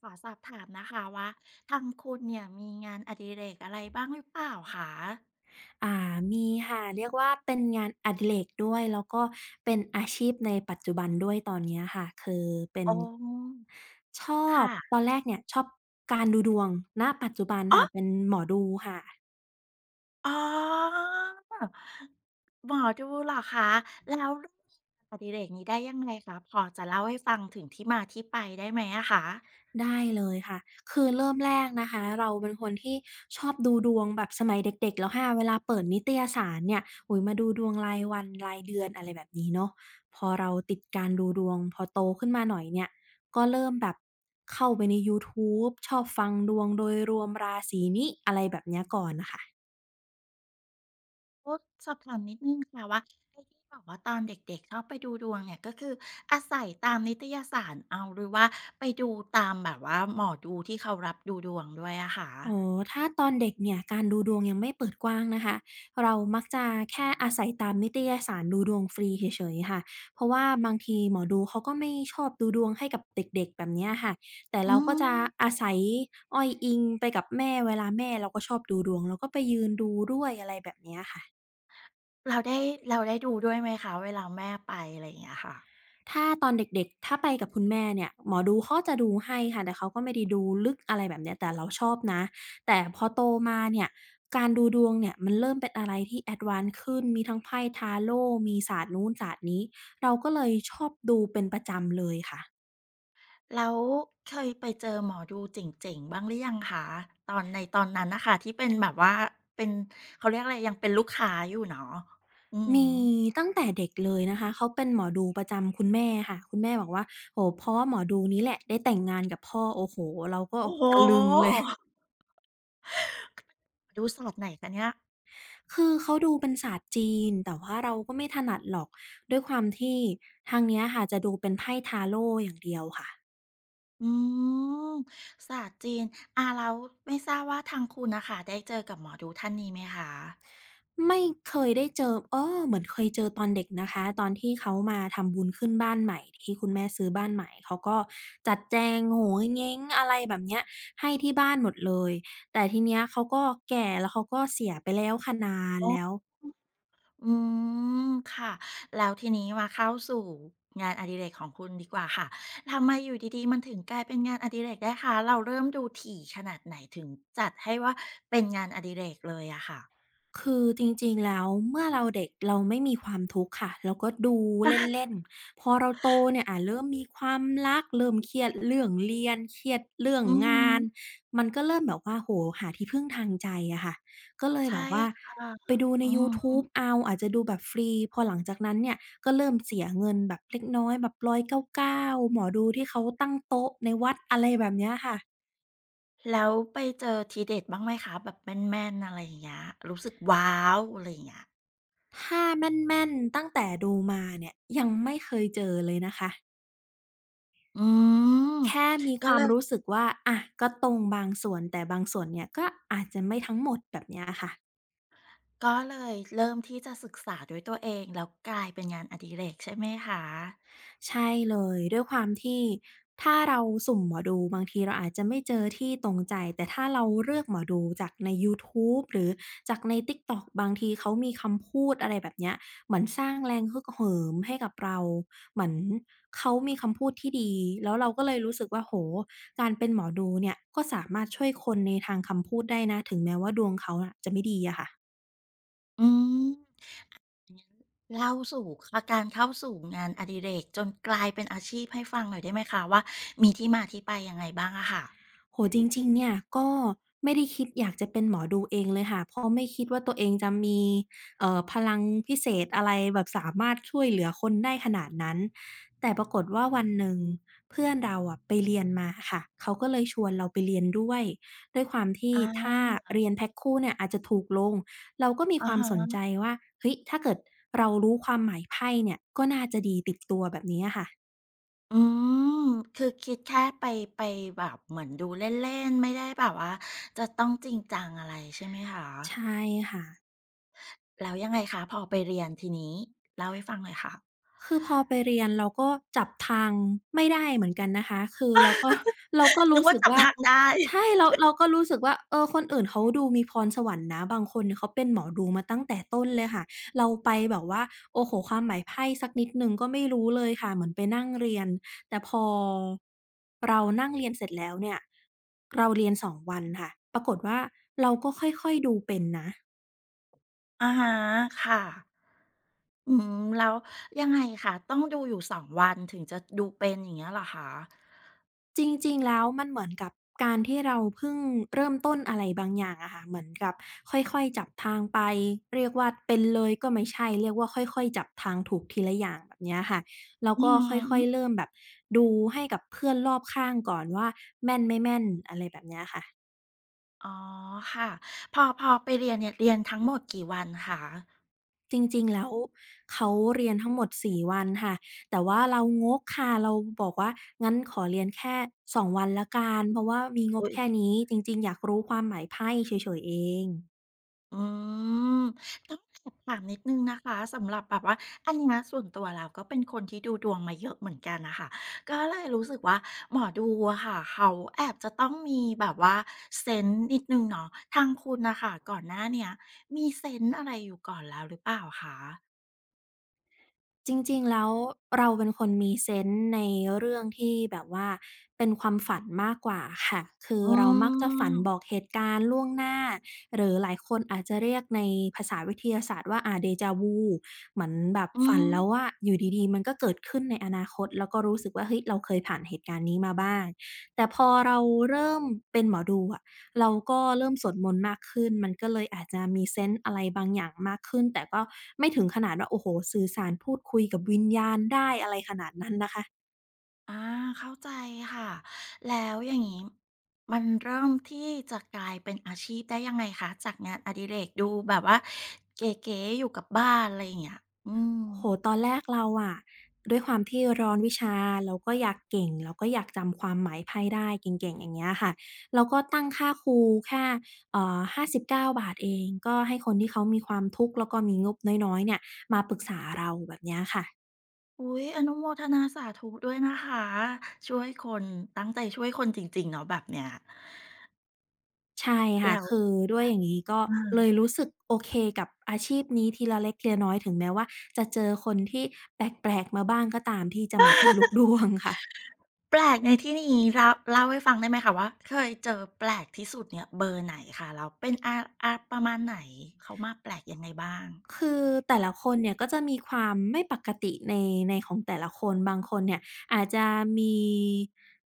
ขอสอบถามนะคะว่าทางคุณเนี่ยมีงานอดิเรกอะไรบ้างหรือเปล่าคะอ่า มีค่ะ เรียกว่าเป็นงานอดิเรกด้วย แล้วก็เป็นอาชีพในปัจจุบันด้วยตอนเนี้ยค่ะ คือเป็นโอ้ชอบตค่ะอนแรกเนี่ยชอบการดูดวงณปัจจุบันอ๋อค่ะ เป็นหมอดูค่ะ อ๋อหมอดูเหรอคะแล้วเรื่องอดิเรกนี้ได้ยังไงคะพอจะเล่าให้ฟังถึงที่มาที่ไปได้ไหมอะคะได้เลยค่ะ คือเริ่มแรกนะคะเราเป็นคนที่ชอบดูดวงแบบสมัยเด็กๆแล้วค่ะเวลาเปิดนิตยสารเนี่ยโอ้โฮมาดูดวงรายวันรายเดือนอะไรแบบนี้เนาะพอเราติดการดูดวงพอโตขึ้นมาหน่อยเนี่ย ก็เริ่มแบบเข้าไปในยูทูบชอบฟังดวงโดยรวมราศีนี้อะไรแบบเนี้ยก่อนน่ะค่ะ โอ้สอบถามนิดนึงค่ะว่าไอ้ที่บอกว่าตอนเด็กๆชอบไปดูดวงเนี่ยก็คืออาศัยตามนิตยสารเอาหรือว่าไปดูตามแบบว่าหมอดูที่เขารับดูดวงด้วยอะคะอ๋อถ้าตอนเด็กเนี่ยการดูดวงยังไม่เปิดกว้างนะคะเรามักจะแค่อาศัยตามนิตยสารดูดวงฟรีเฉยๆค่ะเพราะว่าบางทีหมอดูเขาก็ไม่ชอบดูดวงให้กับเด็กๆแบบเนี้ยค่ะแต่อืเราก็จะม อาศัยอ้อยอิงไปกับแม่เวลาแม่เราก็ชอบดูดวงเราก็ไปยืนดูด้วยอะไรแบบเนี้ยค่ะ เราได้เราได้ดูด้วยไหมคะเวลาแม่ไปอะไรอย่างเงี้ยค่ะถ้าตอนเด็กๆถ้าไปกับคุณแม่เนี่ยหมอดูเขาจะดูให้ค่ะแต่เขาก็ไม่ได้ดูลึกอะไรแบบเนี้ยแต่เราชอบนะแต่พอโตมาเนี่ยการดูดวงเนี่ยมันเริ่มเป็นอะไรที่แอดวานซ์ขึ้นมีทั้งไพ่ทาโล่มีศาสตร์นู้นศาสตร์นี้เราก็เลยชอบดูเป็นประจำเลยค่ะแล้วเคยไปเจอหมอดูเจ๋งๆบ้างหรือยังคะตอนในตอนนั้นน่ะค่ะที่เป็นแบบว่าเป็นเขาเรียกอะไรยังเป็นลูกค้าอยู่เนาะอือมีฮึตั้งแต่เด็กเลยนะคะเขาเป็นหมอดูประจำคุณแม่ค่ะคุณแม่บอกว่าโอ้โฮเพราะว่าหมอดูนี้แหละได้แต่งงานกับพ่อโอ้โฮเราก็โอ้โตะลึงเลฮย ดูศาสตร์ไหนคะเนี่ยคือเขาดูเป็นศาสตร์จีนแต่ว่าเราก็ไม่ถนัดหรอกด้วยความที่ทางเนี้ยค่ะจะดูเป็นไพ่ทาโรต์อย่างเดียวค่ะอืมศาสตร์จีนอาแล้วไม่ทราบว่าทางคุณน่ะค่ะได้เจอกับหมอดูท่านนี้ไหมคะไม่เคยได้เจออ้อเหมือนเคยเจอตอนเด็กนะคะตอนที่เขามาทำบุญขึ้นบ้านใหม่ที่คุณแม่ซื้อบ้านใหม่เขาก็จัดแจงโหงเง้งอะไรแบบเนี้ยให้ที่บ้านหมดเลยแต่ทีเนี้ยเขาก็แก่แล้วเขาก็เสียไปแล้วค่ะนานแล้ว โอ้ อืมค่ะแล้วทีนี้มาเข้าสู่งานอดิเรกของคุณดีกว่าค่ะทำไมอยู่ดีๆมันถึงกลายเป็นงานอดิเรกได้คะเราเริ่มดูถี่ขนาดไหนถึงจัดให้ว่าเป็นงานอดิเรกเลยอะค่ะคือจริงๆแล้วเมื่อเราเด็กเราไม่มีความทุกข์ค่ะเราก็ดูเล่นๆพอเราโตเนี่ยเริ่มมีความรักเริ่มเครียดเรื่องเรียนเครียดเรื่องอือฮึงานมันก็เริ่มแบบว่าโอ้โฮหาที่พึ่งทางใจอะค่ะก็เลยแบใช่บว่าค่ะไปดูในอืยูทูมบเอาอาจจะดูแบบฟรีพอหลังจากนั้นเนี่ยก็เริ่มเสียเงินแบบเล็กน้อยแบบ199หมอดูที่เขาตั้งโต๊ะในวัดอะไรแบบเนี้ยค่ะแล้วไปเจอทีเด็ดบ้างไหมคะแบบแม่นๆอะไรอย่างเงี้ยรู้สึกว้าวอะไรอย่างเงี้ยถ้าแม่นๆตั้งแต่ดูมาเนี่ยยังไม่เคยเจอเลยนะคะ อืมแค่มีคก็วาเลมรู้ยสึกว่าอะก็ตรงบางส่วนแต่บางส่วนเนี่ยก็อาจจะไม่ทั้งหมดแบบเนี้ยอะค่ะ เริ่มที่จะศึกษาด้วยตัวเองแล้วกลายเป็นงานอดิเรกใช่ไหมคะใช่เลยด้วยความที่ถ้าเราสุ่มหมอดูบางทีเราอาจจะไม่เจอที่ตรงใจแต่ถ้าเราเลือกหมอดูจากในยูทูบหรือจากใน TikTok บางทีเขามีคำพูดอะไรแบบเนี้ยเหมือนสร้างแรงฮึกเหิมให้กับเราเหมือนเขามีคำพูดที่ดีแล้วเราก็เลยรู้สึกว่าโอ้โฮการเป็นหมอดูเนี่ยก็สามารถช่วยคนในทางคำพูดได้นะถึงแม้ว่าดวงเขาอะจะไม่ดีอะค่ะ อืม เล่าสู่อาการเข้าสู่งานอดิเรกจนกลายเป็นอาชีพให้ฟังหน่อยได้ไหมคะว่ามีที่มาที่ไปยังไงบ้างอะค่ะโหจริงๆเนี่ยก็ไม่ได้คิดอยากจะเป็นหมอดูเองเลยค่ะเพราะไม่คิดว่าตัวเองจะมีพลังพิเศษอะไรแบบสามารถช่วยเหลือคนได้ขนาดนั้นแต่ปรากฏว่าวันหนึ่งเพื่อนเราอะไปเรียนมาค่ะเขาก็เลยชวนเราไปเรียนด้วยด้วยความที่อถ้าาเรียนแพ็กคู่เนี่ยอาจจะถูกลงเราก็มีอะความสนฮะใจว่าเฮ้ยถ้าเกิดเรารู้ความหมายไพ่เนี่ยก็น่าจะดีติดตัวแบบนี้อะค่ะอืมคือคิดแค่ไปไปแบบเหมือนดูเล่นๆไม่ได้แบบว่าจะต้องจริงจังอะไรใช่ไหมคะใช่ค่ะ แล้วยังไงคะพอไปเรียนทีนี้เล่าให้ฟังหน่อยค่ะคือพอไปเรียนเราก็จับทางไม่ได้เหมือนกันนะคะคือเราก็ เราก็นึกรู้ว่าสึกจับว่าทางได้ใช่เราเราก็รู้สึกว่าเออคนอื่นเขาดูมีพรสวรรค์นะบางคนเนี่ยเขาเป็นหมอดูมาตั้งแต่ต้นเลยค่ะเราไปแบบว่าโอ้โฮความหมายไพ่สักนิดหนึ่งก็ไม่รู้เลยค่ะเหมือนไปนั่งเรียนแต่พอเรานั่งเรียนเสร็จแล้วเนี่ยเราเรียน2วันค่ะปรากฏว่าเราก็ค่อยๆดูเป็นนะ อะฮะค่ะอืมแล้วยังไงคะต้องดูอยู่2วันถึงจะดูเป็นอย่างเงี้ยเหรอคะจริงๆแล้วมันเหมือนกับการที่เราเพิ่งเริ่มต้นอะไรบางอย่างอะค่ะเหมือนกับค่อยๆจับทางไปเรียกว่าเป็นเลยก็ไม่ใช่เรียกว่าค่อยๆจับทางถูกทีละอย่างแบบเนี้ยค่ะแล้วอืก็อค่อยฮึ ๆเริ่มแบบดูให้กับเพื่อนรอบข้างก่อนว่าแม่นไม่แม่นอะไรแบบเนี้ยค่ะอ๋อค่ะพอไปเรียนเนี่ยเรียนทั้งหมดกี่วันคะจริงๆแล้วเขาเรียนทั้งหมด4วันค่ะแต่ว่าเรางกค่ะเราบอกว่างั้นขอเรียนแค่2วันแล้วกันเพราะว่ามีงบอุ้ยแค่นี้จริงๆอยากรู้ความหมายไพ่เฉยๆเอง อืมต้องแอบถามนิดนึ่งนะคะสำหรับแบบว่าอันเนี้ยส่วนตัวแล้วก็เป็นคนที่ดูดวงมาเยอะเหมือนกันนะคะก็เลยรู้สึกว่าหมอดูอะค่ะเขาแอบจะต้องมีแบบว่าเซนส์นิดนึงเนาะทางคุณนะคะก่อนหน้าเนี้ยมีเซนส์อะไรอยู่ก่อนแล้วหรือเปล่าคะจริงๆ แล้วเราเป็นคนมีเซนส์ในเรื่องที่แบบว่าเป็นความฝันมากกว่าค่ะคืออืเรามักจะฝันบอกมเหตุการณ์ล่วงหน้าหรือหลายคนอาจจะเรียกในภาษาวิทยาศาสตร์ว่าเดจาวูเหมือนแบบอืฝันม แล้วว่าอยู่ดีๆมันก็เกิดขึ้นในอนาคตแล้วก็รู้สึกว่าเฮ้ยเราเคยผ่านเหตุการณ์นี้มาบ้างแต่พอเราเริ่มเป็นหมอดูอะ เราก็เริ่มสวดมนต์มากขึ้น มันก็เลยอาจจะมีเซนส์อะไรบางอย่างมากขึ้น แต่ก็ไม่ถึงขนาดว่าโอ้โฮสื่อสารพูดคุยกับวิญญาณได้อะไรขนาดนั้นนะคะอาเข้าใจค่ะแล้วอย่างนี้มันเริ่มที่จะกลายเป็นอาชีพได้ยังไงคะจากงานอดิเรกดูแบบว่าเก๋ๆอยู่กับบ้านอะไรอย่างเงี้ยอืมโอ้โฮตอนแรกเราอะด้วยความที่ร้อนวิชาเราก็อยากเก่งเราก็อยากจำความหมายไพ่ได้เก่งๆอย่างเงี้ยค่ะเราก็ตั้งค่าครูแค่59บเก้าบาทเองก็ให้คนที่เขามีความทุกข์แล้วก็มีงบน้อยๆเนี่ยมาปรึกษาเราแบบเนี้ยค่ะ อุ๊ยอนุโมทนาสาธุด้วยนะคะช่วยคนตั้งใจช่วยคนจริงๆเนาะแบบเนี้ยใช่ค่ะแล้วคือด้วยอย่างงี้ก็เลอายรู้สึกโอเคกับอาชีพนี้ทีละเล็กทีละน้อยถึงแม้ว่าจะเจอคนที่แปลกๆมาบ้างก็ตามที่จะมาเป็นลูกดวงค่ะ แปลกในที่นี้เล่าให้ฟังได้ไหมคะว่าเคยเจอแปลกที่สุดเนี่ยเบอร์ไหนคะแล้วเป็นอาประมาณไหนเขามาแปลกยังไงบ้างคือแต่ละคนเนี่ยก็จะมีความไม่ปกติในของแต่ละคนบางคนเนี่ยอาจจะมี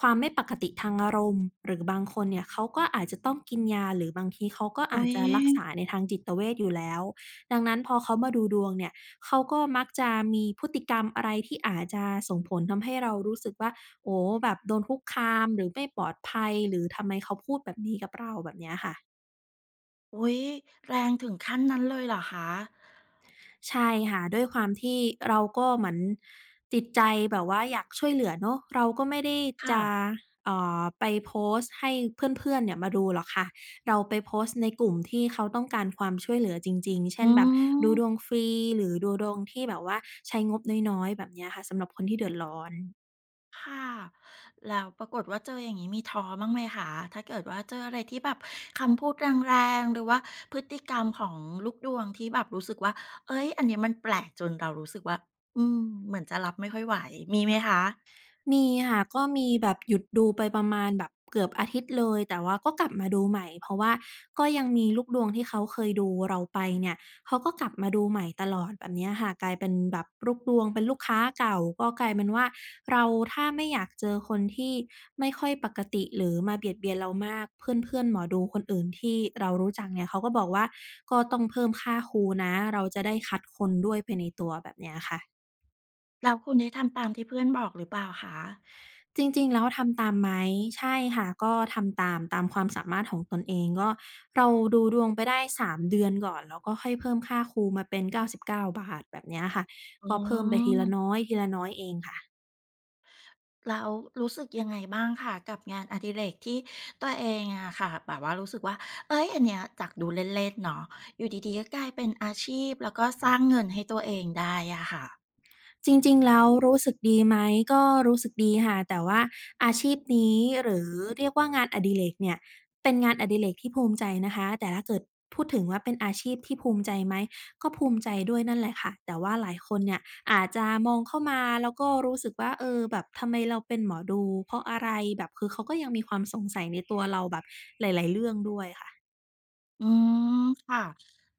ความไม่ปกติทางอารมณ์หรือบางคนเนี่ยเขาก็อาจจะต้องกินยาหรือบางทีเขาก็อาอุ๊จย จะรักษาในทางจิตเวชอยู่แล้วดังนั้นพอเขามาดูดวงเนี่ยเขาก็มักจะมีพฤติกรรมอะไรที่อาจจะส่งผลทำให้เรารู้สึกว่าโอ้แบบโดนคุกคามหรือไม่ปลอดภัยหรือทำไมเขาพูดแบบนี้กับเราแบบเนี้ยค่ะ อุ๊ยแรงถึงขั้นนั้นเลยเหรอคะใช่ค่ะด้วยความที่เราก็เหมือนติดใจแบบว่าอยากช่วยเหลือเนาะเราก็ไม่ได้จะค่ะไปโพสต์ให้เพื่อนๆเนี่ยมาดูหรอกค่ะเราไปโพสต์ในกลุ่มที่เขาต้องการความช่วยเหลือจริงๆเช่นอืแบบดูดวงมฟรีหรือดูดวงที่แบบว่าใช้งบน้อยๆแบบเนี้ยค่ะสำหรับคนที่เดือดร้อน ค่ะแล้วปรากฏว่าเจออย่างงี้มีท้อบ้างไหมคะถ้าเกิดว่าเจออะไรที่แบบคำพูดแรงๆ หรือว่าพฤติกรรมของลูกดวงที่แบบรู้สึกว่าเฮ้ยอันเนี้ยมันแปลกจนเรารู้สึกว่า อืมเหมือนจะรับไม่ค่อยไหวมีไหมคะมีค่ะก็มีแบบหยุดดูไปประมาณแบบเกือบอาทิตย์เลยแต่ว่าก็กลับมาดูใหม่เพราะว่าก็ยังมีลูกดวงที่เขาเคยดูเราไปเนี่ยเขาก็กลับมาดูใหม่ตลอดแบบเนี้ยค่ะกลายเป็นแบบลูกดวงเป็นลูกค้าเก่าก็กลายเป็นว่าเราถ้าไม่อยากเจอคนที่ไม่ค่อยปกติหรือมาเบียดเบียนเรามากเพื่อนๆหมอดูคนอื่นที่เรารู้จักเนี่ยเขาก็บอกว่าก็ต้องเพิ่มค่าครูนะเราจะได้คัดคนด้วยไปในตัวแบบเนี้ยค่ะ แล้วคุณได้ทำตามที่เพื่อนบอกหรือเปล่าคะจริงๆแล้วทำตามไหมใช่ค่ะก็ทำตามความสามารถของตนเองก็เราดูดวงไปได้3เดือนก่อนแล้วก็ค่อยเพิ่มค่าครูมาเป็น99บเก้าบาทแบบเนี้ยค่ะอืก็เพิ่มไปทีม ละน้อยทีละน้อยเองค่ะ แล้วรู้สึกยังไงบ้างค่ะกับงานอดิเรกที่ตัวเองอะค่ะแบบว่ารู้สึกว่าเอ้ยอันเนี้ยจากดูเล่นๆเนาะอยู่ดีๆก็กลายเป็นอาชีพแล้วก็สร้างเงินให้ตัวเองได้อะค่ะจริงๆแล้วรู้สึกดีไหมก็รู้สึกดีค่ะแต่ว่าอาชีพนี้หรือเรียกว่างานอดิเรกเนี่ยเป็นงานอดิเรกที่ภูมิใจนะคะแต่ถ้าเกิดพูดถึงว่าเป็นอาชีพที่ภูมิใจไหมก็ภูมิใจด้วยนั่นแหละค่ะแต่ว่าหลายคนเนี่ยอาจจะมองเข้ามาแล้วก็รู้สึกว่าเออแบบทำไมเราเป็นหมอดูเพราะอะไรแบบคือเขาก็ยังมีความสงสัยในตัวเราแบบหลายๆเรื่องด้วยค่ะ อืมค่ะ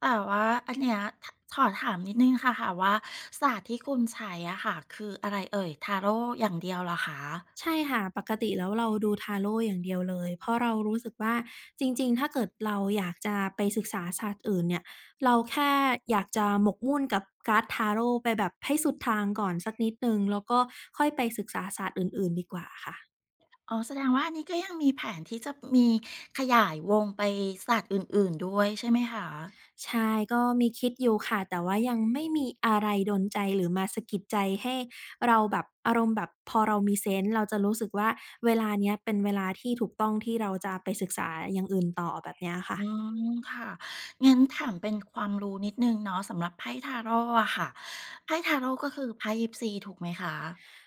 แต่ว่าอันเนี้ยขอถามนิดนึงค่ะว่าศาสตร์ที่คุณใช้อะค่ะคืออะไรเอ่ยทาโร่อย่างเดียวเหรอคะใช่ค่ะปกติแล้วเราดูทาโรต์อย่างเดียวเลยเพราะเรารู้สึกว่าจริงๆ ถ้าเกิดเราอยากจะไปศึกษาศาสตร์อื่นเนี่ยเราแค่อยากจะหมกมุ่นกับการ์ดทาโรต์ไปแบบให้สุดทางก่อนสักนิดหนึ่งแล้วก็ค่อยไปศึกษาศาสตร์อื่นๆดีกว่าค่ะอ๋อแสดงว่าอันนี้ก็ยังมีแผนที่จะมีขยายวงไปศาสตร์อื่นๆด้วยใช่ไหมคะ ใช่ก็มีคิดอยู่ค่ะแต่ว่ายังไม่มีอะไรดลใจหรือมาสะกิดใจให้เราแบบอารมณ์แบบพอเรามีเซนส์เราจะรู้สึกว่าเวลาเนี้ยเป็นเวลาที่ถูกต้องที่เราจะไปศึกษาอย่างอื่นต่อแบบเนี้ยค่ะ อืมค่ะงั้นถามเป็นความรู้นิดหนึ่งเนาะสำหรับไพ่ทาโรต์อะค่ะไพ่ทาโรต์ก็คือไพ่ยิปซีถูกไหมคะ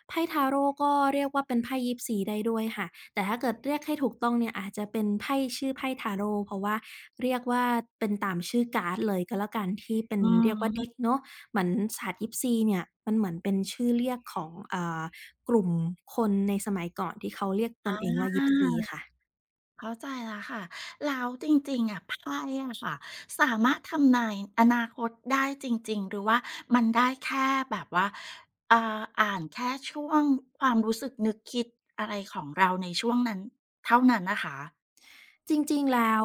ไพ่ t a โร่ก็เรียกว่าเป็นไพ่ยิปซีได้ด้วยค่ะแต่ถ้าเกิดเรียกให้ถูกต้องเนี่ยอาจจะเป็นไพ่ชื่อไพ่ทาโร่เพราะว่าเรียกว่าเป็นตามชื่อการ์ดเลยก็แล้วกันที่เป็นอืเรียกว่า deck มเนาะเหมือนศาสตร์ยิปซีเนี่ยมันเหมือนเป็นชื่อเรียกของกลุ่มคนในสมัยก่อนที่เขาเรียกตนอเองว่ายิปาซีค่ะ เข้าใจแล้วค่ะแล้วจริงๆอะไพ่อะค่ะสามารถทำนายอนาคตได้จริงๆหรือว่ามันได้แค่แบบว่าอ่านแค่ช่วงความรู้สึกนึกคิดอะไรของเราในช่วงนั้นเท่านั้นนะคะจริงๆ แล้ว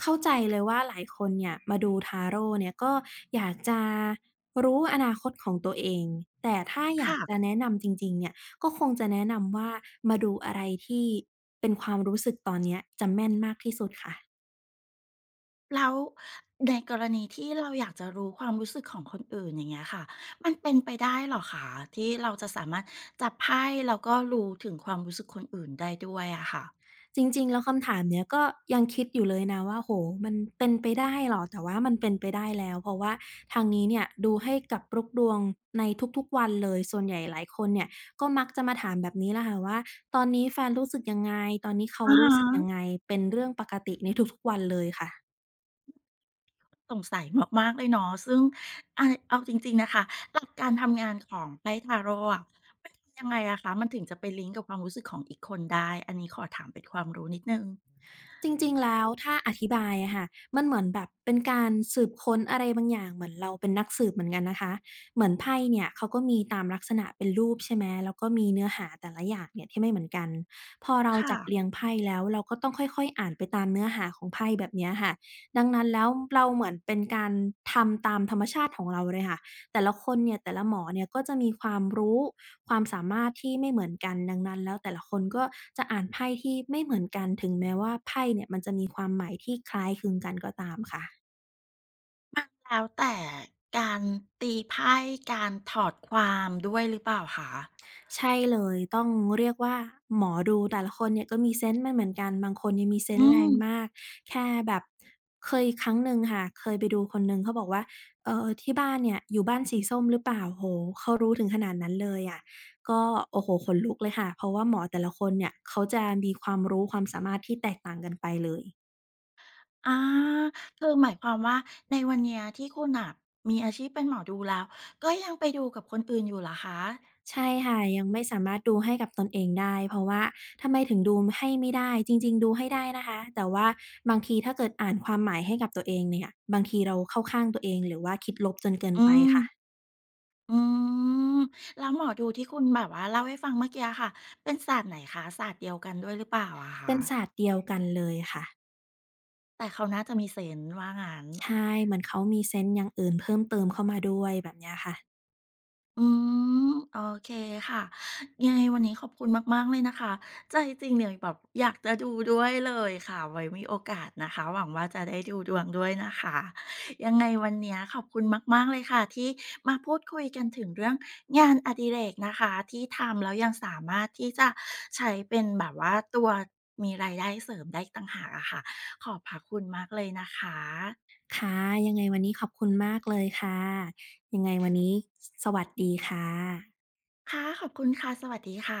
เข้าใจเลยว่าหลายคนเนี่ยมาดูทาโรต์เนี่ยก็อยากจะรู้อนาคตของตัวเองแต่ถ้าอยากค่ะ จะแนะนำจริงๆเนี่ยก็คงจะแนะนำว่ามาดูอะไรที่เป็นความรู้สึกตอนเนี้ยจะแม่นมากที่สุดค่ะ แล้วในกรณีที่เราอยากจะรู้ความรู้สึกของคนอื่นอย่างเงี้ยค่ะมันเป็นไปได้เหรอคะที่เราจะสามารถจับไพ่แล้วก็รู้ถึงความรู้สึกคนอื่นได้ด้วยอะค่ะจริงๆ แล้วคำถามเนี้ยก็ยังคิดอยู่เลยนะว่าโอ้โฮมันเป็นไปได้เหรอแต่ว่ามันเป็นไปได้แล้วเพราะว่าทางนี้เนี่ยดูให้กับลุกดวงในทุกๆวันเลยส่วนใหญ่หลายคนเนี่ยก็มักจะมาถามแบบนี้แหละค่ะว่าตอนนี้แฟนรู้สึกยังไงตอนนี้เขาอะรู้ฮะสึกยังไงเป็นเรื่องปกติในทุกๆวันเลยค่ะ สงสัยมากๆเลยเนาะซึ่งอาเอาจริงๆนะคะหลักการทำงานของไพ่ทาโรต์อะมันทำยังไงอะคะมันถึงจะไปลิงก์กับความรู้สึกของอีกคนได้อันนี้ขอถามเป็นความรู้นิดหนึ่งจริงๆแล้วถ้าอธิบายอะค่ะมันเหมือนแบบเป็นการสืบค้นอะไรบางอย่างเหมือนเราเป็นนักสืบเหมือนกันนะคะเหมือนไพ่เนี่ยเขาก็มีตามลักษณะเป็นรูปใช่ไหมแล้วก็มีเนื้อหาแต่ละอย่างเนี่ยที่ไม่เหมือนกันพอเราค่ะจับเรียงไพ่แล้วเราก็ต้องค่อยๆอ่านไปตามเนื้อหาของไพ่แบบเนี้ยค่ะดังนั้นแล้วเราเหมือนเป็นการทำตามธรรมชาติของเราเลยค่ะแต่ละคนเนี่ยแต่ละหมอเนี่ยก็จะมีความรู้ ความสามารถที่ไม่เหมือนกันดังนั้นแล้วแต่ละคนก็จะอ่านไพ่ที่ไม่เหมือนกันถึงแม้ว่าไพ่เนี่ยมันจะมีความหมายที่คล้ายคลึงกันก็ตามค่ะมันแล้วแต่การตีไพ่การถอดความด้วยหรือเปล่าคะ ใช่เลยต้องเรียกว่าหมอดูแต่ละคนเนี่ยก็มีเซนส์ไม่เหมือนกันบางคนเนี่ยมีเซนอืส์แรงมามกแค่แบบเคยครั้งหนึ่งค่ะเคยไปดูคนหนึ่งเขาบอกว่าที่บ้านเนี่ยอยู่บ้านสีส้มหรือเปล่าโอ้โฮเขารู้ถึงขนาดนั้นเลยอะก็โอ้โฮขนลุกเลยค่ะเพราะว่าหมอแต่ละคนเนี่ยเขาจะมีความรู้ความสามารถที่แตกต่างกันไปเลย อาคือหมายความว่าในวันเนี้ยที่คุณน่ะมีอาชีพเป็นหมอดูแล้วก็ยังไปดูกับคนอื่นอยู่เหรอคะ ใช่ค่ะยังไม่สามารถดูให้กับตนเองได้เพราะว่าทำไมถึงดูให้ไม่ได้จริงๆดูให้ได้นะคะแต่ว่าบางทีถ้าเกิดอ่านความหมายให้กับตัวเองเนี่ยบางทีเราเข้าข้างตัวเองหรือว่าคิดลบจนเกินอืไปค่ะม อืม แล้วหมอดูที่คุณแบบว่าเล่าให้ฟังเมื่อกี้อะค่ะ เป็นศาสตร์ไหนคะศาสตร์เดียวกันด้วยหรือเปล่าอะคะ เป็นศาสตร์เดียวกันเลยค่ะแต่เขาน่าจะมีเซนส์ว่างั้น ใช่เหมือนเขามีเซนส์อย่างอื่นเพิ่มเติมเข้ามาด้วยแบบเนี้ยค่ะอืมโอเคค่ะยังไงวันนี้ขอบคุณมากๆเลยนะคะใจจริงเนี่ยแบบอยากจะดูด้วยเลยค่ะไว้มีโอกาสนะคะหวังว่าจะได้ดูดวงด้วยนะคะยังไงวันเนี้ยขอบคุณมากๆเลยค่ะที่มาพูดคุยกันถึงเรื่องงานอดิเรกนะคะที่ทำแล้วยังสามารถที่จะใช้เป็นแบบว่าตัวมีรายได้เสริมได้อีกต่างหากอะค่ะขอบพระคุณมากเลยนะคะค่ะยังไงวันนี้ขอบคุณมากเลยค่ะยังไงวันนี้สสวัสดีค่ะค่ะขอบคุณค่ะสวัสดีค่ะ